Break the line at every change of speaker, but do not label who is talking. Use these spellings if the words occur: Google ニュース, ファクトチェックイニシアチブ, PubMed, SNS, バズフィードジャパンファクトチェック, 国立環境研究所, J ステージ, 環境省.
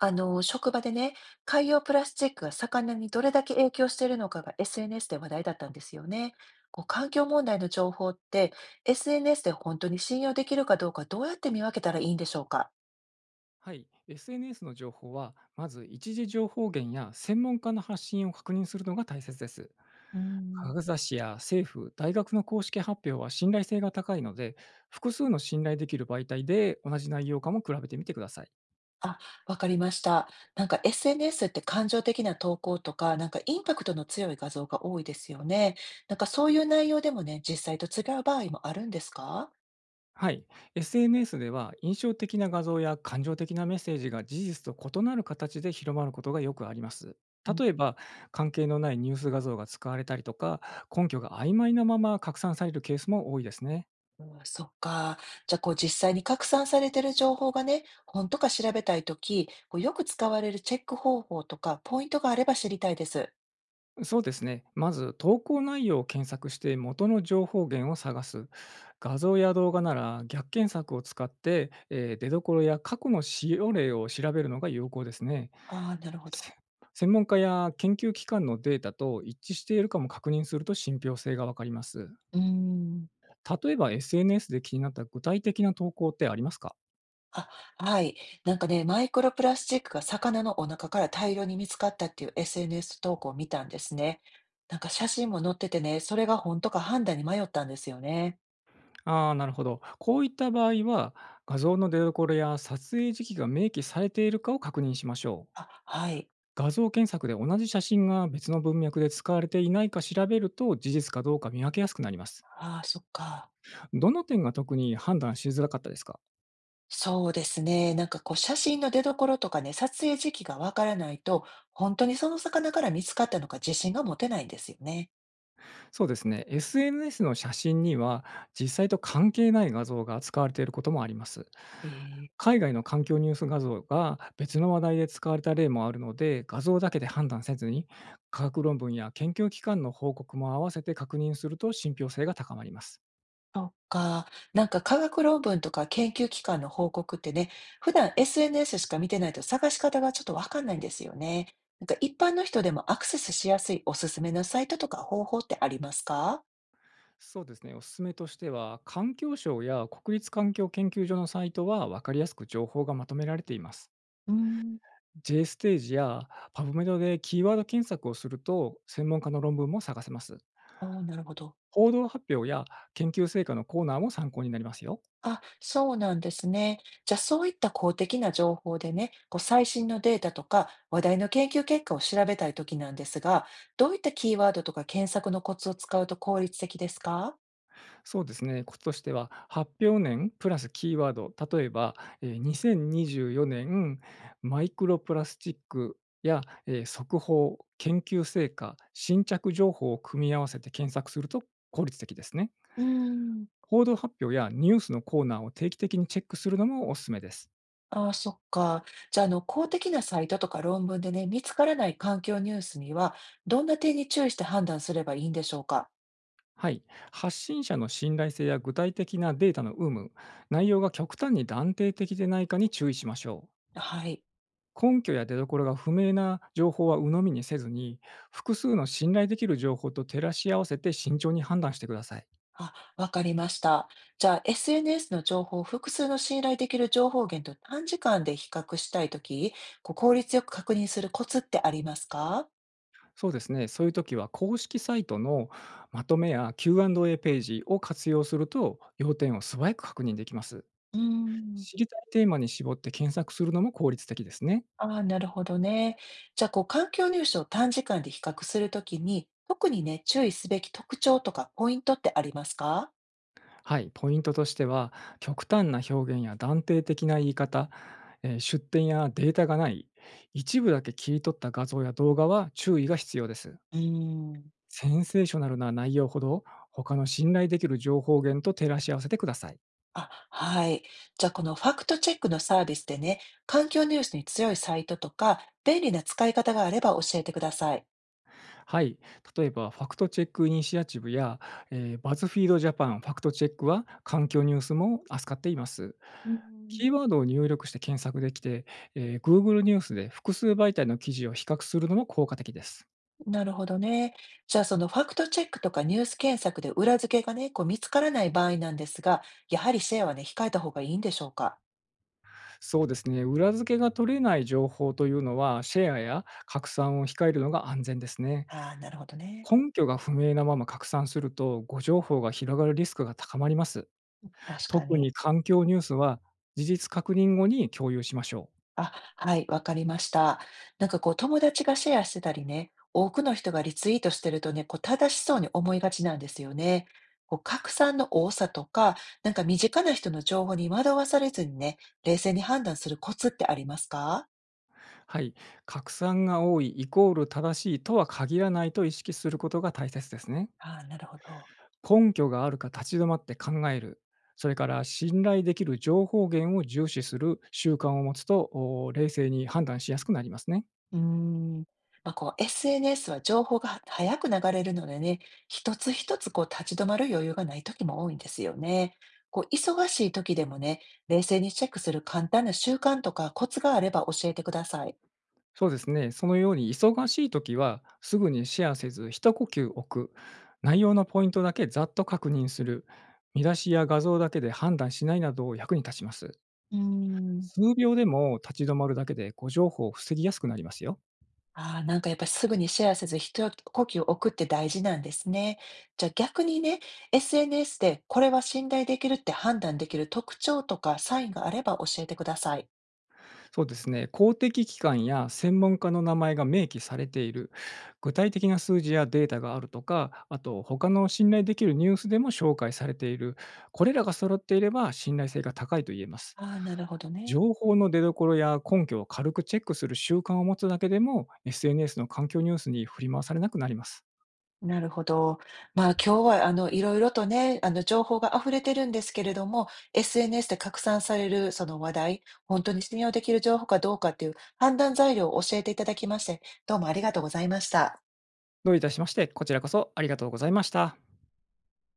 職場でね、海洋プラスチックが魚にどれだけ影響しているのかが SNS で話題だったんですよね。こう、環境問題の情報って SNS で本当に信用できるかどうかどうやって見分けたらいいんでしょうか？
はい、SNS の情報は、まず一次情報源や専門家の発信を確認するのが大切です。
うー
科
ん、
学雑誌や政府、大学の公式発表は信頼性が高いので、複数の信頼できる媒体で同じ内容かも比べてみてください。
あ、わかりました。SNS って感情的な投稿とか、インパクトの強い画像が多いですよね。そういう内容でもね、実際と違う場合もあるんですか？
はい、SNS では印象的な画像や感情的なメッセージが事実と異なる形で広まることがよくあります。例えば、関係のないニュース画像が使われたりとか、根拠が曖昧なまま拡散されるケースも多いですね。
うん、そっか。じゃあ、こう実際に拡散されてる情報がね、本とか調べたいとき、こうよく使われるチェック方法とか、ポイントがあれば知りたいです。
そうですね。まず、投稿内容を検索して元の情報源を探す。画像や動画なら逆検索を使って、出どころや過去の使用例を調べるのが有効ですね。
ああ、なるほ
せ
ど。
専門家や研究機関のデータと一致しているかも確認すると信憑性がわかります。
うーん。
例えば SNS で気になった具体的な投稿ってありますか？
あ、はい。ね、マイクロプラスチックが魚のお腹から大量に見つかったっていう SNS 投稿を見たんですね。写真も載っててね、それが本とか判断に迷ったんですよね。
ああ、なるほど。こういった場合は、画像の出どころや撮影時期が明記されているかを確認しましょう。
あ、はい。
画像検索で同じ写真が別の文脈で使われていないか調べると事実かどうか見分けやすくなります。
ああ、そっか。
どの点が特に判断しづらかったですか？
そうですね。こう写真の出所とかね、撮影時期がわからないと、本当にその魚から見つかったのか自信が持てないんですよね。
そうですね。SNS の写真には実際と関係ない画像が使われていることもあります。
えー、
海外の環境ニュース画像が別の話題で使われた例もあるので、画像だけで判断せずに、科学論文や研究機関の報告も合わせて確認すると信憑性が高まります。
そっか。科学論文とか研究機関の報告ってね、普段 SNS しか見てないと探し方がちょっとわかんないんですよね。一般の人でもアクセスしやすいおすすめのサイトとか方法ってありますか？
そうですね、おすすめとしては、環境省や国立環境研究所のサイトは分かりやすく情報がまとめられています。
うーん。
J ステージや PubMed でキーワード検索をすると、専門家の論文も探せます。
ああ、なるほど。
報道発表や研究成果のコーナーも参考になりますよ。
あ、そうなんですね。じゃあそういった公的な情報でね、こう最新のデータとか話題の研究結果を調べたいときなんですが、どういったキーワードとか検索のコツを使うと効率的ですか？
そうですね、コツとしては、発表年プラスキーワード、例えば、2024年、マイクロプラスチックや、速報、研究成果、新着情報を組み合わせて検索すると効率的ですね。
うーん、
報道発表やニュースのコーナーを定期的にチェックするのもおすすめです。
ああ、そっか。じゃあ、公的なサイトとか論文でね、見つからない環境ニュースには、どんな点に注意して判断すればいいんでしょうか。
はい、発信者の信頼性や具体的なデータの有無、内容が極端に断定的でないかに注意しましょう。
はい。
根拠や出所が不明な情報は鵜呑みにせずに、複数の信頼できる情報と照らし合わせて慎重に判断してください。
あ、わかりました。じゃあ、SNS の情報を複数の信頼できる情報源と短時間で比較したいとき、こう効率よく確認するコツってありますか？
そうですね、そういう時は公式サイトのまとめや Q&A ページを活用すると、要点を素早く確認できます。
うーん、
知りたいテーマに絞って検索するのも効率的ですね。
ああ、なるほどね。じゃあ、こう、環境ニュースを短時間で比較するときに、特にね、注意すべき特徴とかポイントってありますか？
はい、ポイントとしては、極端な表現や断定的な言い方、出典やデータがない、一部だけ切り取った画像や動画は注意が必要です。
うーん、
センセーショナルな内容ほど、他の信頼できる情報源と照らし合わせてください。
あ、はい。じゃあ、このファクトチェックのサービスでね、環境ニュースに強いサイトとか、便利な使い方があれば教えてください。
はい。例えば、ファクトチェックイニシアチブや、バズフィードジャパンファクトチェックは、環境ニュースも扱っています。
うん。
キーワードを入力して検索できて、Google ニュースで複数媒体の記事を比較するのも効果的です。
なるほどね。じゃあ、そのファクトチェックとかニュース検索で裏付けがね、こう見つからない場合なんですが、やはりシェアはね、控えた方がいいんでしょうか。
そうですね、裏付けが取れない情報というのは、シェアや拡散を控えるのが安全ですね。
ああ、なるほどね。
根拠が不明なまま拡散すると、誤情報が広がるリスクが高まります。
確か
特
に。
に環境ニュースは、事実確認後に共有しましょう。
あ、はい、わかりました。こう、友達がシェアしてたりね、多くの人がリツイートしてるとね、こう、正しそうに思いがちなんですよね。こう、拡散の多さとか、身近な人の情報に惑わされずにね、冷静に判断するコツってありますか？
はい。拡散が多いイコール正しいとは限らないと意識することが大切ですね。
ああー、なるほど。
根拠があるか立ち止まって考える。それから信頼できる情報源を重視する習慣を持つと、お冷静に判断しやすくなりますね。
うーん。まあ、こう SNS は情報がは早く流れるのでね、一つ一つこう立ち止まる余裕がない時も多いんですよね。こう忙しい時でもね、冷静にチェックする簡単な習慣とかコツがあれば教えてください。
そうですね。そのように忙しい時はすぐにシェアせず一呼吸置く、内容のポイントだけざっと確認する、見出しや画像だけで判断しないなど役に立ちます。
うーん。
数秒でも立ち止まるだけで誤情報を防ぎやすくなりますよ。
ああ、やっぱりすぐにシェアせず、一呼吸を置くって大事なんですね。じゃあ逆にね、SNS でこれは信頼できるって判断できる特徴とかサインがあれば教えてください。
そうですね、公的機関や専門家の名前が明記されている、具体的な数字やデータがあるとか、あと他の信頼できるニュースでも紹介されている、これらが揃っていれば信頼性が高いと言えます。
ああ、なるほどね。
情報の出どころや根拠を軽くチェックする習慣を持つだけでも、SNS の環境ニュースに振り回されなくなります。
なるほど。まあ、今日は色々とね、情報が溢れてるんですけれども、SNS で拡散されるその話題、本当に信用できる情報かどうかっていう判断材料を教えていただきまして、どうもありがとうございました。
どういたしまして、こちらこそありがとうございました。